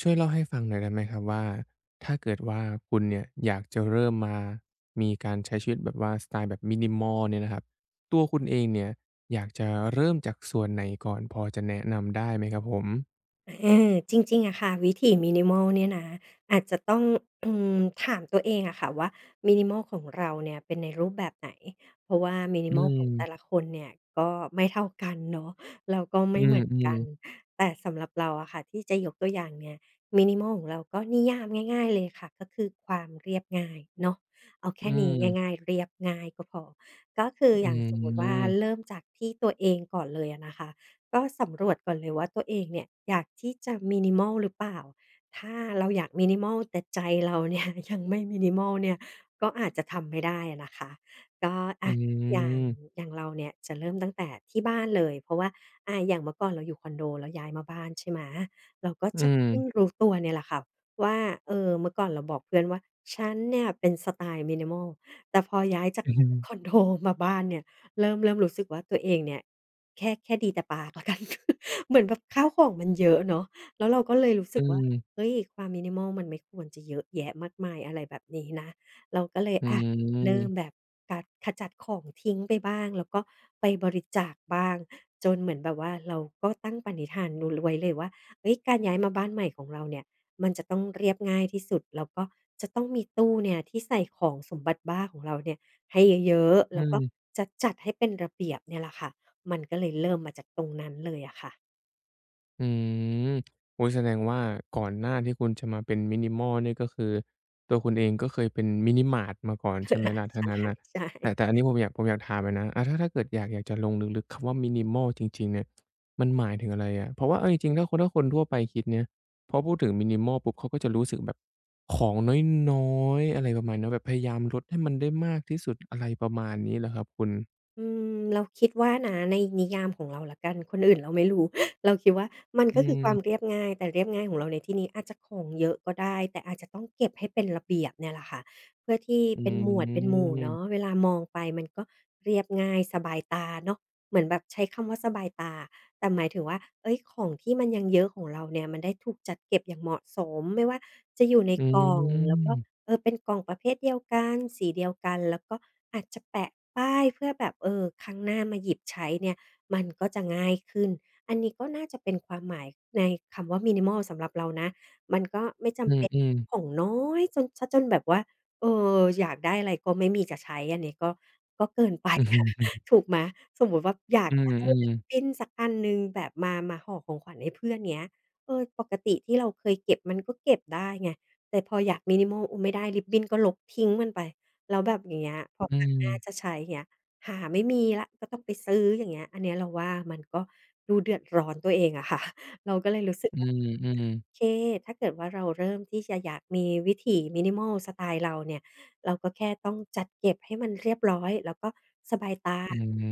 ช่วยเล่าให้ฟังหน่อยได้ไหมครับว่าถ้าเกิดว่าคุณเนี่ยอยากจะเริ่มมามีการใช้ชีวิตแบบว่าสไตล์แบบ minimal เนี่ยนะครับตัวคุณเองเนี่ยอยากจะเริ่มจากส่วนไหนก่อนพอจะแนะนำได้ไหมครับผมเออจริงๆอะค่ะวิถี minimal เนี่ยนะอาจจะต้องอืมถามตัวเองอะค่ะว่า minimal ของเราเนี่ยเป็นในรูปแบบไหนเพราะว่า อื minimal ขมองแต่ละคนเนี่ยก็ไม่เท่ากันเนาะแล้วก็อืไม่เหมือนมกันๆแต่สำหรับเราอะค่ะที่จะยกตัวอย่างเนี่ย minimal ของเราก็นิยามง่ายๆเลยค่ะก็คือความเรียบง่ายเนาะเอาอืแค่นี้ง่ามยๆเรียบง่ายก็พอก็คืออือย่างสมมุติว่ามเริ่มจากที่ตัวเองก่อนเลยอะนะคะ ก็สำรวจก่อนเลยว่าตัวเองเนี่ยอยากที่จะ minimal หรือเปล่า ถ้าเราอยาก minimal แต่ใจเราเนี่ย ยังไม่ minimal เนี่ยก็อาจจะทำไม่ได้อะนะคะก็อือะอย่างมเราเนี่ยจะเริ่มตั้งแต่ที่บ้านเลยเพราะว่าอะอย่างเมื่อก่อนเราอยู่คอนโดแล้วย้ายมาบ้านใช่ไหมเราก็อืจะมเพิ่งรู้ตัวเนี่ยแหละค่ะว่าเออเมื่อก่อนเราบอกเพื่อนว่าฉันเนี่ยเป็นสไตล์มินิมอ l แต่พอย้ายจากอืคอนมโดมาบ้านเนี่ยเริ่มรู้สึกว่าตัวเองเนี่ย แค่ดีแต่ปากแล้วกัน เหมือนแบบข้าวของมันเยอะเนาะแล้วเราก็เลยรู้อืสึกว่ามเฮ้ยความมินิมอลมันไม่ควรจะเยอะแยะมากมายอะไรแบบนี้นะเราก็เลยอือะมเริ่มแบบกัดขจัดของทิ้งไปบ้างแล้วก็ไปบริจาคบ้างจนเหมือนแบบว่าเราก็ตั้งปณิธานนูไว้เลยว่าเฮ้ยการย้ายมาบ้านใหม่ของเราเนี่ยมันจะต้องเรียบง่ายที่สุดแล้วก็จะต้องมีตู้เนี่ยที่ใส่ของสมบัติบ้าของเราเนี่ยให้เยอะๆอืแล้วก็ม จะจัดให้เป็นระเบียบเนี่ยแหละค่ะ มันก็เลยเริ่มมาจากตรงนั้นเลยอะค่ะ อืมโอ้ยแสดงว่าก่อนหน้าที่คุณจะมาเป็น minimal นี่ก็คือตัวคุณเองก็เคยเป็น minimart มาก่อนใช่ไหมล่ะ ถ้าใช่งั้นน่ะแต่ใช่แต่อันนี้ผมอยากถามหน่อยนะถ้าเกิดอยากจะลงลึกๆคำว่า minimal จริงๆเนี่ยมันหมายถึงอะไรอะเพราะว่าเอาจริงๆถ้าคนทั่วไปคิดเนี่ยพอพูดถึง minimal ปุ๊บเขาก็จะรู้สึกแบบของน้อยๆอะไรประมาณเนี้ยแบบพยายามลดให้มันได้มากที่สุดอะไรประมาณนี้เหรอครับคุณอืมเราคิดว่านะในนิยามของเราละกันคนอื่นเราไม่รู้ เราคิดว่ามันอืก็คือความมเรียบง่ายแต่เรียบง่ายของเราในที่นี้อาจจะของเยอะก็ได้แต่อาจจะต้องเก็บให้เป็นระเบียบเนี่ยแหละค่ะเพื่อที่อืเป็นหมวดเป็นหมมู่เนาะเวลามองไปมันก็เรียบง่ายสบายตาเนาะเหมือนแบบใช้คำว่าสบายตาแต่หมายถึงว่าเอ้ยของที่มันยังเยอะของเราเนี่ยมันได้ถูกจัดเก็บอย่างเหมาะสมไม่ว่าจะอยู่ในอืกล่องแล้วมก็ เออเป็นกล่องประเภทเดียวกันสีเดียวกันแล้วก็อาจจะแปะป้ายเพื่อแบบเออครั้งหน้ามาหยิบใช้เนี่ยมันก็จะง่ายขึ้นอันนี้ก็น่าจะเป็นความหมายในคำว่า minimal สำหรับเรานะมันก็ไม่อืจำมเป็นอืม ของน้อยจนเสียจนแบบว่าเอออยากได้อะไรก็ไม่มีจะใช้อันนี้ก็ก็เกินไปอือฮึอะ ถูกไหมสมมุติว่าอยาอืกได้มริบบิๆนสักอันหนึ่งแบบมาห่อของขวัญให้เพื่อนเงี้ยเออปกติที่เราเคยเก็บมันก็เก็บได้ไง แต่พออยาก minimal โอ้ไม่ได้ริบบินก็ลบทิ้งมันไปแล้วแบบอย่างเงี้ยพออืครั้งหมน้าจะใช้อย่างเงี้ยหาไม่มีแล้วก็ต้องไปซื้ออย่างเงี้ยอันเนี้ยเราว่ามันก็ดูเดือดร้อนตัวเองอะค่ะ เราก็เลยรู้สึกอืว่า มอืมเคถ้าเกิดว่าเราเริ่มที่จะอยากมีวิถี minimal สไตล์เราเนี่ยเราก็แค่ต้องจัดเก็บให้มันเรียบร้อยแล้วก็สบายตาอืมอื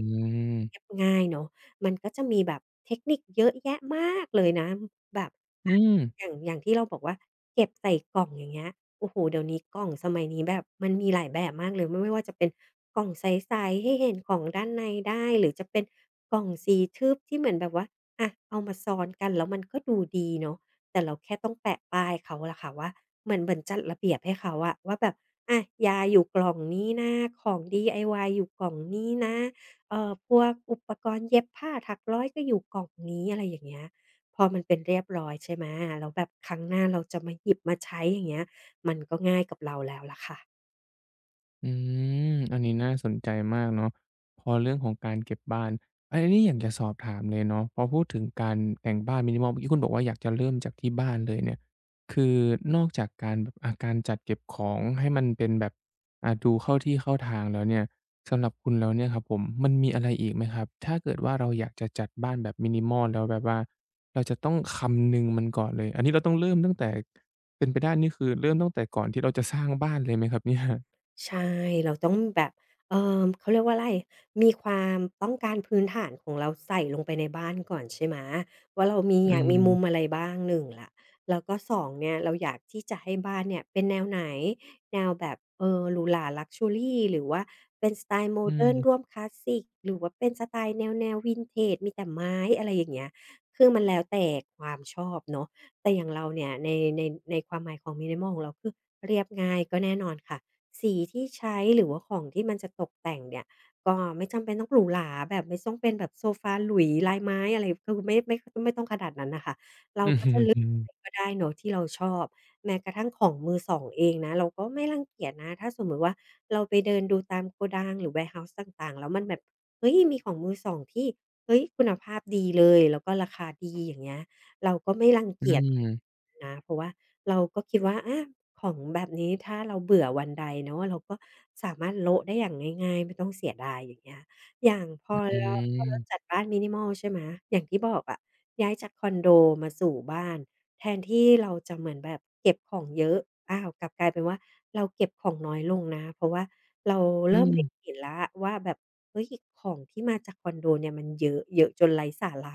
มเรียบง่ายเนาะมันก็จะมีแบบเทคนิคเยอะแยะมากเลยนะแบบอะอืม อย่างที่เราบอกว่าเก็บใส่กล่องอย่างเงี้ยโอ้โฮเดี๋ยวนี้กล่องสมัยนี้แบบมันมีหลายแบบมากเลยไม่ว่าจะเป็นกล่องใสๆให้เห็นของด้านในได้หรือจะเป็นกล่องสีทึบที่เหมือนแบบว่าอะเอามาซ้อนกันแล้วมันก็ดูดีเนาะ แต่เราแค่ต้องแปะป้ายเขาล่ะค่ะว่าเหมือนจัดระเบียบให้เขาอะว่าแบบอะยาอยู่กล่องนี้นะของ DIY อยู่กล่องนี้นะพวกอุปกรณ์เย็บผ้าถักร้อยก็อยู่กล่องนี้อะไรอย่างเงี้ยพอมันเป็นเรียบร้อยใช่ไหมแล้วแบบครั้งหน้าเราจะมาหยิบมาใช้อย่างเงี้ยมันก็ง่ายกับเราแล้วล่ะค่ะ อืมอันนี้น่าสนใจมากเนาะพอเรื่องของการเก็บบ้านอันนี้อยากจะสอบถามเลยเนาะพอพูดถึงการแต่งบ้าน minimal เมื่อกี้คุณบอกว่าอยากจะเริ่มจากที่บ้านเลยเนี่ยคือนอกจากการแบบการจัดเก็บของให้มันเป็นแบบดูเข้าที่เข้าทางแล้วเนี่ยสำหรับคุณแล้วเนี่ยครับผมมันมีอะไรอีกไหมครับถ้าเกิดว่าเราอยากจะจัดบ้านแบบ minimal แล้วแบบว่าเราจะต้องคำนึงมันก่อนเลยอันนี้เราต้องเริ่มตั้งแต่เป็นไปได้นี่คือเริ่มตั้งแต่ก่อนที่เราจะสร้างบ้านเลยไหมครับเนี่ย ใช่ เราต้องแบบเขาเรียกว่าไร มีความต้องการพื้นฐานของเราใส่ลงไปในบ้านก่อนใช่ไหม ว่าเรามีอือยากมีมมุมอะไรบ้างหนึ่งล่ะแล้วก็สองเนี่ย เราอยากที่จะให้บ้านเนี่ยเป็นแนวไหน แนวแบบหรูหรา Luxury หรือว่าเป็นสไตล์โมอืเดิร์นร่วมมคลาสสิกหรือว่าเป็นสไตล์แนววินเทจมีแต่ไม้อะไรอย่างเงี้ยคือมันแล้วแต่ความชอบเนาะแต่อย่างเราเนี่ยในในความหมายของ minimal ของเราคือเรียบง่ายก็แน่นอนค่ะ สีที่ใช้หรือว่าของที่มันจะตกแต่งเนี่ยก็ไม่จำเป็นต้องหรูหราแบบไม่ต้องเป็นแบบโซฟาหลุยลายไม้อะไรคือไม่ไม่ต้องขนาดนั้นน่ะค่ะเราอือก็อจะเลืือกออะไรก็ได้เนาะที่เราชอบแม้กระทั่งของมือสองเองนะเราก็ไม่รังเกียจนะถ้าสมมุติว่าเราไปเดินดูตามโกดังหรือ Warehouse ต่างๆแล้วมันแบบเฮ้ยมีของมือสองที่เฮ้ยคุณภาพดีเลยแล้วก็ราคาดีอย่างเงี้ย เราก็ไม่รังอืเกียจมนะเพราะว่าเราก็คิดว่าอะของแบบนี้ถ้าเราเบื่อวันใดเนาะเราก็สามารถโละได้อย่างง่ายๆไม่ต้องเสียดายอย่างเงี้ยอย่างพออืเราพอเราจัมดบ้าน minimal ใช่ไหมอย่างที่บอกอะย้ายจากคอนโดมาสู่บ้านแทนที่เราจะเหมือนแบบเก็บของเยอะอ้าวกลับกลายเป็นว่าเราเก็บของน้อยลงนะเพราะว่าเราอืเริ่มเล็งมเห็นแล้วว่าแบบเฮ้ยของที่มาจากคอนโดเนี่ยมันเยอะเยอะจนไร้สาระ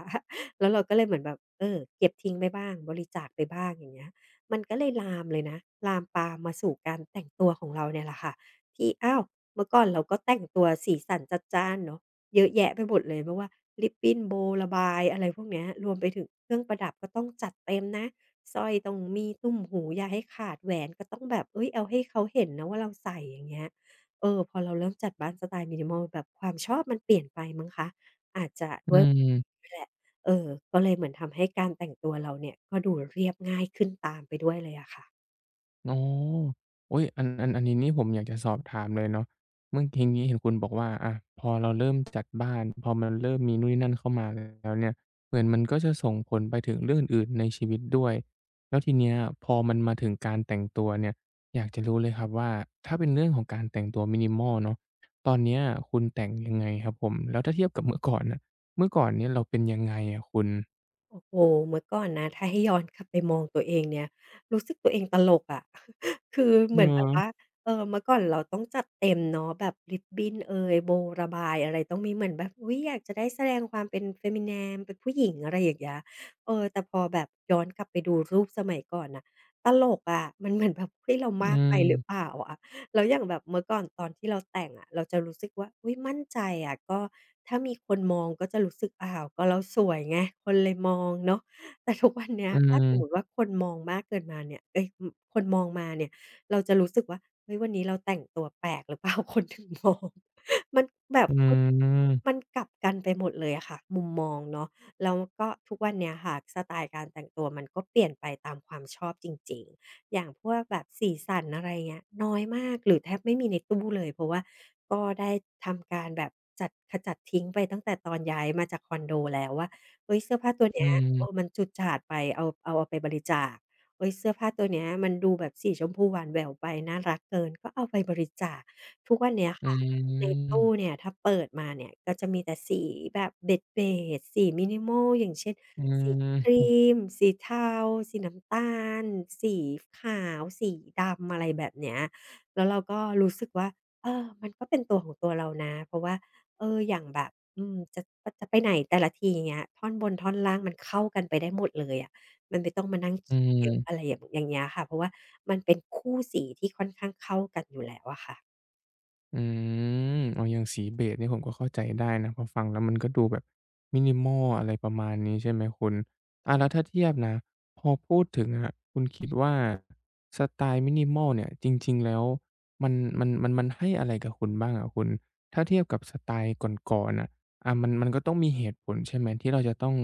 แล้วเราก็เลยเหมือนแบบเออเก็บทิ้งไปบ้างบริจาคไปบ้างอย่างเงี้ยมันก็เลยลามเลยนะลามปามมาสู่การแต่งตัวของเราเนี่ยแหละค่ะที่อ้าวเมื่อก่อนเราก็แต่งตัวสีสันจัดจ้านเนาะเยอะแยะไปหมดเลยไม่ว่าริบบิ้นโบว์ระบายอะไรพวกเนี้ยรวมไปถึงเครื่องประดับก็ต้องจัดเต็มนะสร้อยต้องมีตุ้มหูอย่าให้ขาดแหวนก็ต้องแบบเฮ้ยเอาให้เขาเห็นนะว่าเราใส่อย่างเงี้ยเออพอเราเริ่มจัดบ้านสไตล์ minimal แบบความชอบมันเปลี่ยนไปมั้งคะอาจจะอืด้วยม แหละ เออก็เลยเหมือนทำให้การแต่งตัวเราเนี่ยก็ดูเรียบง่ายขึ้นตามไปด้วยเลยอะค่ะอ๋ออุ๊ยอันนี้นี่ผมอยากจะสอบถามเลยเนาะเมื่อกี้นี้เห็นคุณบอกว่าอะพอเราเริ่มจัดบ้านพอมันเริ่มมีนู่นนี่นั่นเข้ามาแล้วเนี่ยเหมือนมันก็จะส่งผลไปถึงเรื่องอื่นๆในชีวิตด้วยแล้วทีเนี้ยพอมันมาถึงการแต่งตัวเนี่ยอยากจะรู้เลยครับว่าถ้าเป็นเรื่องของการแต่งตัว minimal เนาะตอนเนี้ยคุณแต่งยังไงครับผมแล้วถ้าเทียบกับเมื่อก่อนน่ะเมื่อก่อนเนี่ยเราเป็นยังไงอะคุณโอ้โฮเมื่อก่อนนะถ้าให้ย้อนกลับไปมองตัวเองเนี่ยรู้สึกตัวเองตลกอะ คือเเหมือนแบบว่าออเออเมื่อก่อนเราต้องจัดเต็มเนาะแบบริบบินเอยโบว์ระบายอะไรต้องมีเหมือนแบบอุ๊ยอยากจะได้แสดงความเป็น Femininine เป็นผู้หญิงอะไรอย่างเงี้ยเออแต่พอแบบย้อนกลับไปดูรูปสมัยก่อนน่ะตลกอะมันเหมือนแบบเฮ้ยเราอืมากไปหรือเปมล่าอะ แล้วอย่างแบบเมื่อก่อนตอนที่เราแต่งอะเราจะรู้สึกว่าอุยมั่นใจอะก็ถ้ามีคนมองก็จะรู้สึกอ้าวก็เราสวยไงคนเลยมองเนาะแต่ ทุกวันเนี้ยอืถ้าสมมติมว่าคนมองมากเกินมาเนี่ยเอยคนมองมาเนี่ยเราจะรู้สึกว่าเฮ้ยวันนี้เราแต่งตัวแปลกหรือเปล่า คนถึงมองมันแบบอืเขามัมนกลับกันไปหมดเลยอะค่ะมุมมองเนาะแล้วก็ทุกวันเนี้ยค่ะสไตล์การแต่งตัวมันก็เปลี่ยนไปตามความชอบจริงๆ อย่างพวกแบบสีสันอะไรเงี้ยน้อยมากหรือแทบไม่มีในตู้เลยเพราะว่าก็ได้ทำการแบบจัดขจัดทิ้งไปตั้งแต่ตอนย้ายมาจากคอนโดแล้วว่าเฮ้ยเสื้อผ้าตัวอืเนี้ยเออมัม นฉูดฉาดไปเอาเอาไปบริจาคเฮ้ยเสื้อผ้าตัวเนี้ยมันดูแบบสีชมพูหวานแหววไปน่ารักเกินก็เอาไปบริจาคทุกวันเนี้ยอืค่ะในตู้มเนี่ยถ้าเปิดมาเนี่ยก็จะมีแต่สีแบบเบสๆสี minimal อย่างเช่น อืสีครีมมสีเทาสีน้ำตาลสีขาวสีดำอะไรแบบเนี้ยแล้วเราก็รู้สึกว่าเออมันก็เป็นตัวของตัวเรานะเพราะว่าเอออย่างแบบอืมจะไปไหนแต่ละทีอย่างเงี้ยท่อนบนท่อนล่างมันเข้ากันไปได้หมดเลยอะ มันไม่ต้องมานั่งอืคิดเยอะอะม ไรอย่างเงี้ยค่ะเพราะว่ามันเป็นคู่สีที่ค่อนข้างเข้ากันอยู่แล้วอะค่ะ อืมอ๋ออย่างสีเบจนี่ผมก็เข้าใจได้นะพอฟังแล้วมันก็ดูแบบ minimal อะไรประมาณนี้ใช่ไหมคุณอาแล้วถ้าเทียบนะพอพูดถึงอะคุณคิดว่าสไตล์ minimal เนี่ยจริงๆแล้วมันมันให้อะไรกับคุณบ้างอะคุณถ้าเทียบกับสไตล์ก่อนๆน่ะอามันมันก็ต้องมีเหตุผลใช่ไหมที่เราจะต้อง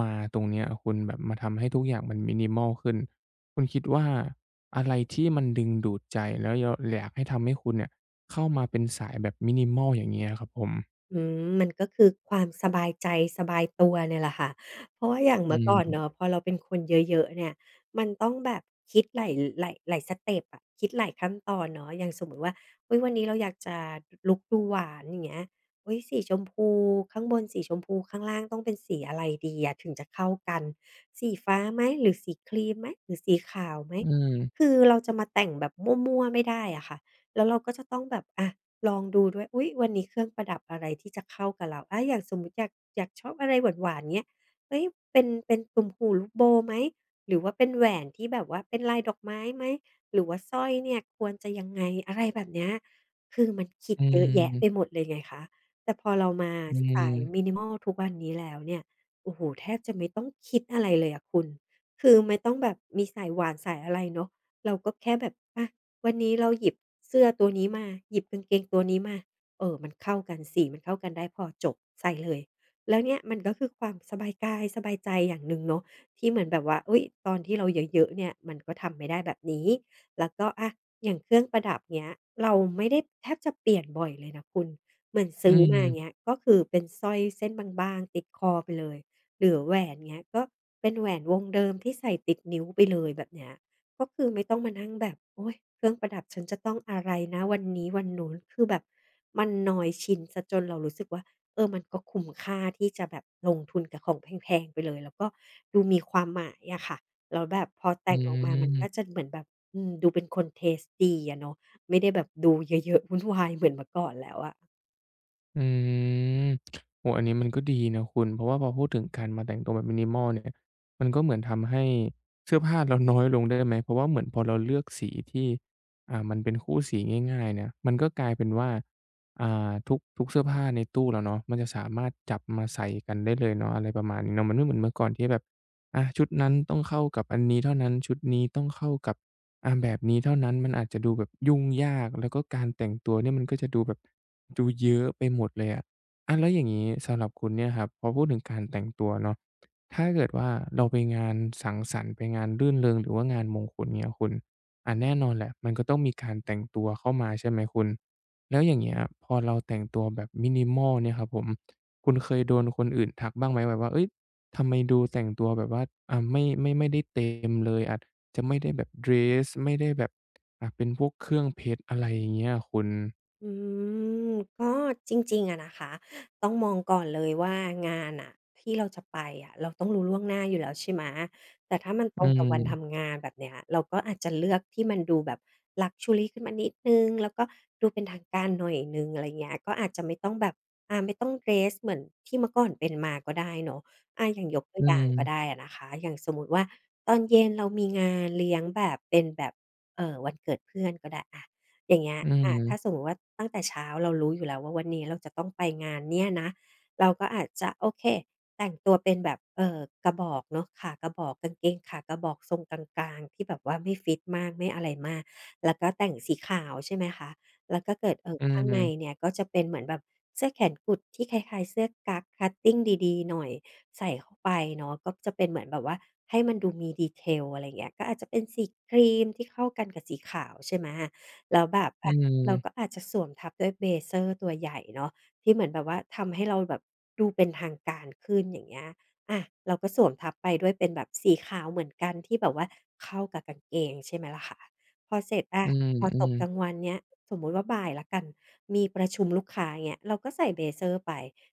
มาตรงเนี้ยคุณแบบมาทำให้ทุกอย่างมัน minimal ขึ้นคุณคิดว่าอะไรที่มันดึงดูดใจแล้วยอยากให้ทำให้คุณเนี่ย เข้ามาเป็นสายแบบ minimal อย่างเงี้ยครับผมอืมมันก็คือความสบายใจสบายตัวเนี่ยแหละค่ะเพราะว่าอย่างอืเมื่อก่อนมเนาะพอเราเป็นคนเยอะๆเนี่ยมันต้องแบบคิดหลายหลายสเต็ปอะคิดหลายขั้นตอนเนาะอย่างสมมุติว่าอุ๊ยวันนี้เราอยากจะลุกดูหวานอย่างเงี้ยอุ๊ยสีชมพูข้างบนสีชมพูข้างล่างต้องเป็นสีอะไรดีอะถึงจะเข้ากันสีฟ้าไหมหรือสีครีมไหมหรือสีขาวไหมอืมคือเราจะมาแต่งแบบมั่วๆไม่ได้อะค่ะแล้วเราก็จะต้องแบบอะ ลองดูด้วยอุ๊ยวันนี้เครื่องประดับอะไรที่จะเข้ากับเราอาอย่างสมมุติอยากชอบอะไรหวานๆเงี้ยเฮ้ยเป็นตุ่มหูลูกโบว์ไหม หรือว่าเป็นแหวนที่แบบว่าเป็นลายดอกไม้ไหม หรือว่าสร้อยเนี่ยควรจะยังไง อะไรแบบเนี้ยคือมันคิดอืเยอะมแยะไปหมดเลยไงคะแต่พอเรามาอืสาย ม minimal ทุกวันนี้แล้วเนี่ย โอ้โฮแทบจะไม่ต้องคิดอะไรเลยอะคุณ คือไม่ต้องแบบมีสายหวานสายอะไรเนาะเราก็แค่แบบอา วันนี้เราหยิบเสื้อตัวนี้มาหยิบกางเกงตัวนี้มาเออมันเข้ากันสีมันเข้ากันได้พอจบใส่เลยแล้วเนี่ยมันก็คือความสบายกายสบายใจอย่างหนึ่งเนาะที่เหมือนแบบว่าอุ๊ยตอนที่เราเยอะๆเนี่ยมันก็ทำไม่ได้แบบนี้แล้วก็อะอย่างเครื่องประดับเงี้ยเราไม่ได้แทบจะเปลี่ยนบ่อยเลยนะคุณเหมือนอืซื้อมาเงี้ยมก็คือเป็นสร้อยเส้นบางๆติดคอไปเลยหรือแหวนเงี้ยก็เป็นแหวนวงเดิมที่ใส่ติดนิ้วไปเลยแบบเนี้ย ก็คือไม่ต้องมานั่งแบบโอ๊ยเครื่องประดับฉันจะต้องอะไรนะวันนี้วันนู้นคือแบบมันนอยชินเสียจนเรารู้สึกว่าเออมันก็คุ้มค่าที่จะแบบลงทุนกับของแพงๆไปเลยแล้วก็ดูมีความหมายอะค่ะแล้วแบบพออืแต่งออกมามันก็ม จะเหมือนแบบอืมดูเป็นคนเทสต์ดีอะเนาะไม่ได้แบบดูเยอะๆวุ่นวายเหมือนเมื่อก่อนแล้วอะ อืมโอ้อันนี้มันก็ดีนะคุณเพราะว่าพอพูดถึงการมาแต่งตัวแบบ minimal เนี่ยมันก็เหมือนทำให้เสื้อผ้าเราน้อยลงได้ไหมเพราะว่าเหมือนพอเราเลือกสีที่มันเป็นคู่สีง่ายๆเนี่ยมันก็กลายเป็นว่าทุกเสื้อผ้าในตู้เราเนาะมันจะสามารถจับมาใส่กันได้เลยเนาะอะไรประมาณนี้เนาะมันไม่เหมือนเมื่อก่อนที่แบบอาชุดนั้นต้องเข้ากับอันนี้เท่านั้นชุดนี้ต้องเข้ากับแบบนี้เท่านั้นมันอาจจะดูแบบยุ่งยากแล้วก็การแต่งตัวเนี่ยมันก็จะดูแบบ ดูเยอะไปหมดเลยอะอะแล้วอย่างงี้สำหรับคุณเนี่ยครับพอพูดถึงการแต่งตัวเนาะถ้าเกิดว่าเราไปงานสังสรรค์ไปงานรื่นเริงหรือว่างานมงคลเงี้ยคุณอะแน่นอนแหละมันก็ต้องมีการแต่งตัวเข้ามาใช่ไหมคุณแล้วอย่างเงี้ยพอเราแต่งตัวแบบ minimal เนี่ยครับผมคุณเคยโดนคนอื่นทักบ้างไหมแบบว่าเฮ้ยทำไมดูแต่งตัวแบบว่าไม่ได้เต็มเลยอาจจะไม่ได้แบบเดรสไม่ได้แบบเป็นพวกเครื่องเพชรอะไรอย่างเงี้ยอะคุณอืมก็จริงๆอะนะคะต้องมองก่อนเลยว่างานอ่ะที่เราจะไปอะเราต้องรู้ล่วงหน้าอยู่แล้วใช่ไหมแต่ถ้ามันตอืรงกับวันม ทำงานแบบเนี้ยเราก็อาจจะเลือกที่มันดูแบบ luxury ขึ้นมานิดหนึ่งแล้วก็ดูเป็นทางการหน่อยหนึ่งอะไรเงี้ยก็อาจจะไม่ต้องแบบไม่ต้องเดรสเหมือนที่เมื่อก่อนเป็นมาก็ได้เนาะอาอย่างยกตัวอือย่างก็ได้มอะนะคะอย่างสมมุติว่าตอนเย็นเรามีงานเลี้ยงแบบเป็นแบบวันเกิดเพื่อนก็ได้อา อย่างเงี้ยอือาถ้าสมมมติว่าตั้งแต่เช้าเรารู้อยู่แล้วว่าวันนี้เราจะต้องไปงานเนี่ยนะเราก็อาจจะโอเคแต่งตัวเป็นแบบกระบอกเนาะขากระบอกกางเกงขากระบอกทรงกลางๆที่แบบว่าไม่ฟิตมากไม่อะไรมากแล้วก็แต่งสีขาวใช่ไหมคะแล้วก็เกิดอืข้างในมเนี่ยก็จะเป็นเหมือนแบบเสื้อแขนกุดที่คล้ายๆเสื้อกั๊กคัตติงดีๆหน่อยใส่เข้าไปเนาะก็จะเป็นเหมือนแบบว่าให้มันดูมี detail อะไรอย่างเงี้ยก็อาจจะเป็นสีครีมที่เข้ากันกับสีขาวใช่ไหม แล้วแบบอือะเราก็มอาจจะสวมทับด้วยเบเซอร์ตัวใหญ่เนาะที่เหมือนแบบว่าทำให้เราแบบดูเป็นทางการขึ้นอย่างเงี้ยอะเราก็สวมทับไปด้วยเป็นแบบสีขาวเหมือนกันที่แบบว่าเข้ากับกางเกงใช่ไหมล่ะคะพอเสร็จอะอืมพออืตมกกลางวันเนี้ยสมมุติว่าบ่ายแล้วกันมีประชุมลูกค้าอย่างเงี้ยเราก็ใส่เบเซอร์ไป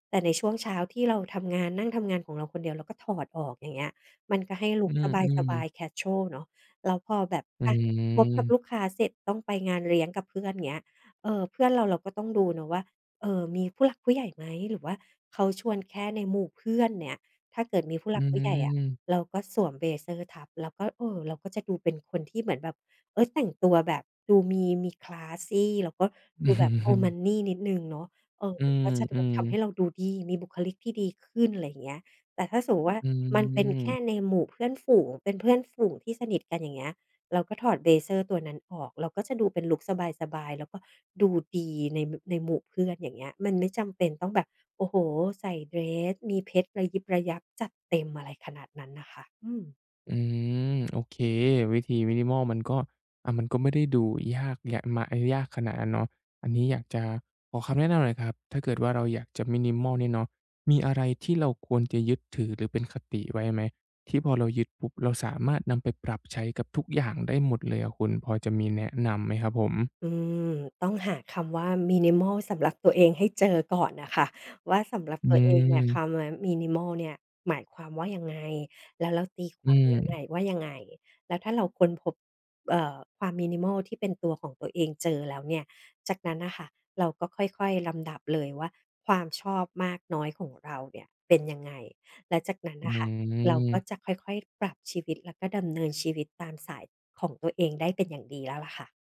แต่ในช่วงเช้าที่เราทำงานนั่งทำงานของเราคนเดียวเราก็ถอดออกอย่างเงี้ยมันก็ให้ลุอืกมอืสมบายๆแคชวลเนาะ แล้วพอแบบอือะพบกับลูกมค้าเสร็จต้องไปงานเลี้ยงกับเพื่อนเงี้ยเพื่อนเราเราก็ต้องดูเนาะว่ามีผู้หลักผู้ใหญ่ไหมหรือว่าเขาชวนแค่ในหมู่เพื่อนเนี่ยถ้าเกิดมีผู้หอืลักผู้ใหญ่อะมเราก็สวมเบเซอร์ทับแล้วก็เราก็จะดูเป็นคนที่เหมือนแบบเฮ้ยแต่งตัวแบบดูมีคลาสซีแล้วก็ดูแบบโอมันนี่นิดหนึ่งเนาะเอออืมันมก็จะดูอืมทำให้เราดูดีมีบุคลิกที่ดีขึ้นอะไรอย่างเงี้ย แต่ถ้าสมมุติว่าอืมันเป็นแค่ม ในหมู่เพื่อนฝูงเป็นเพื่อนฝูงที่สนิทกันอย่างเงี้ยเราก็ถอดเบเซอร์ตัวนั้นออกเราก็จะดูเป็นลุกสบายๆแล้วก็ดูดีในหมู่เพื่อนอย่างเงี้ยมันไม่จำเป็นต้องแบบโอ้โฮใส่เดรสมีเพชรระยิบระยับจัดเต็มอะไรขนาดนั้นน่ะค่ะอืม อืมโอเควิธี minimal มันก็มันก็ไม่ได้ดูยากยมายากขนาดนั้นเนาะอันนี้อยากจะขอคำแนะนำหน่อยครับถ้าเกิดว่าเราอยากจะ minimal เนี่ยเนาะมีอะไรที่เราควรจะยึดถือหรือเป็นคติไว้ไหมที่พอเรายึดปุ๊บเราสามารถนำไปปรับใช้กับทุกอย่างได้หมดเลยอะคุณพอจะมีแนะนำไหมครับผมอืมต้องหาคำว่า minimal สำหรับตัวเองให้เจอก่อนน่ะค่ะว่าสำหรับอืตัวเองเนี่ยมคำว่า minimal เนี่ยหมายความว่ายังไงแล้วเราตีคอืวามมนั้นน่ะว่ายังไงแล้วถ้าเราค้นพบความ minimal ที่เป็นตัวของตัวเองเจอแล้วเนี่ยจากนั้นน่ะค่ะเราก็ค่อยๆลำดับเลยว่าความชอบมากน้อยของเราเนี่ยเป็นยังไงแล้วจากนั้นอืน่ะค่ะเราก็จะม ค่อยๆปรับชีวิตแล้วก็ดำเนินชีวิตตามสายของตัวเองได้เป็นอย่างดีแล้วล่ะค่ะ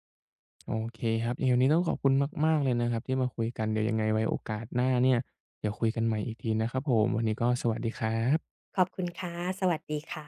โอเคครับยังไงวันนี้ต้องขอบคุณมากๆเลยนะครับที่มาคุยกันเดี๋ยวยังไงไว้โอกาสหน้าเนี่ยเดี๋ยวคุยกันใหม่อีกทีนะครับผมวันนี้ก็สวัสดีครับขอบคุณค่ะสวัสดีค่ะ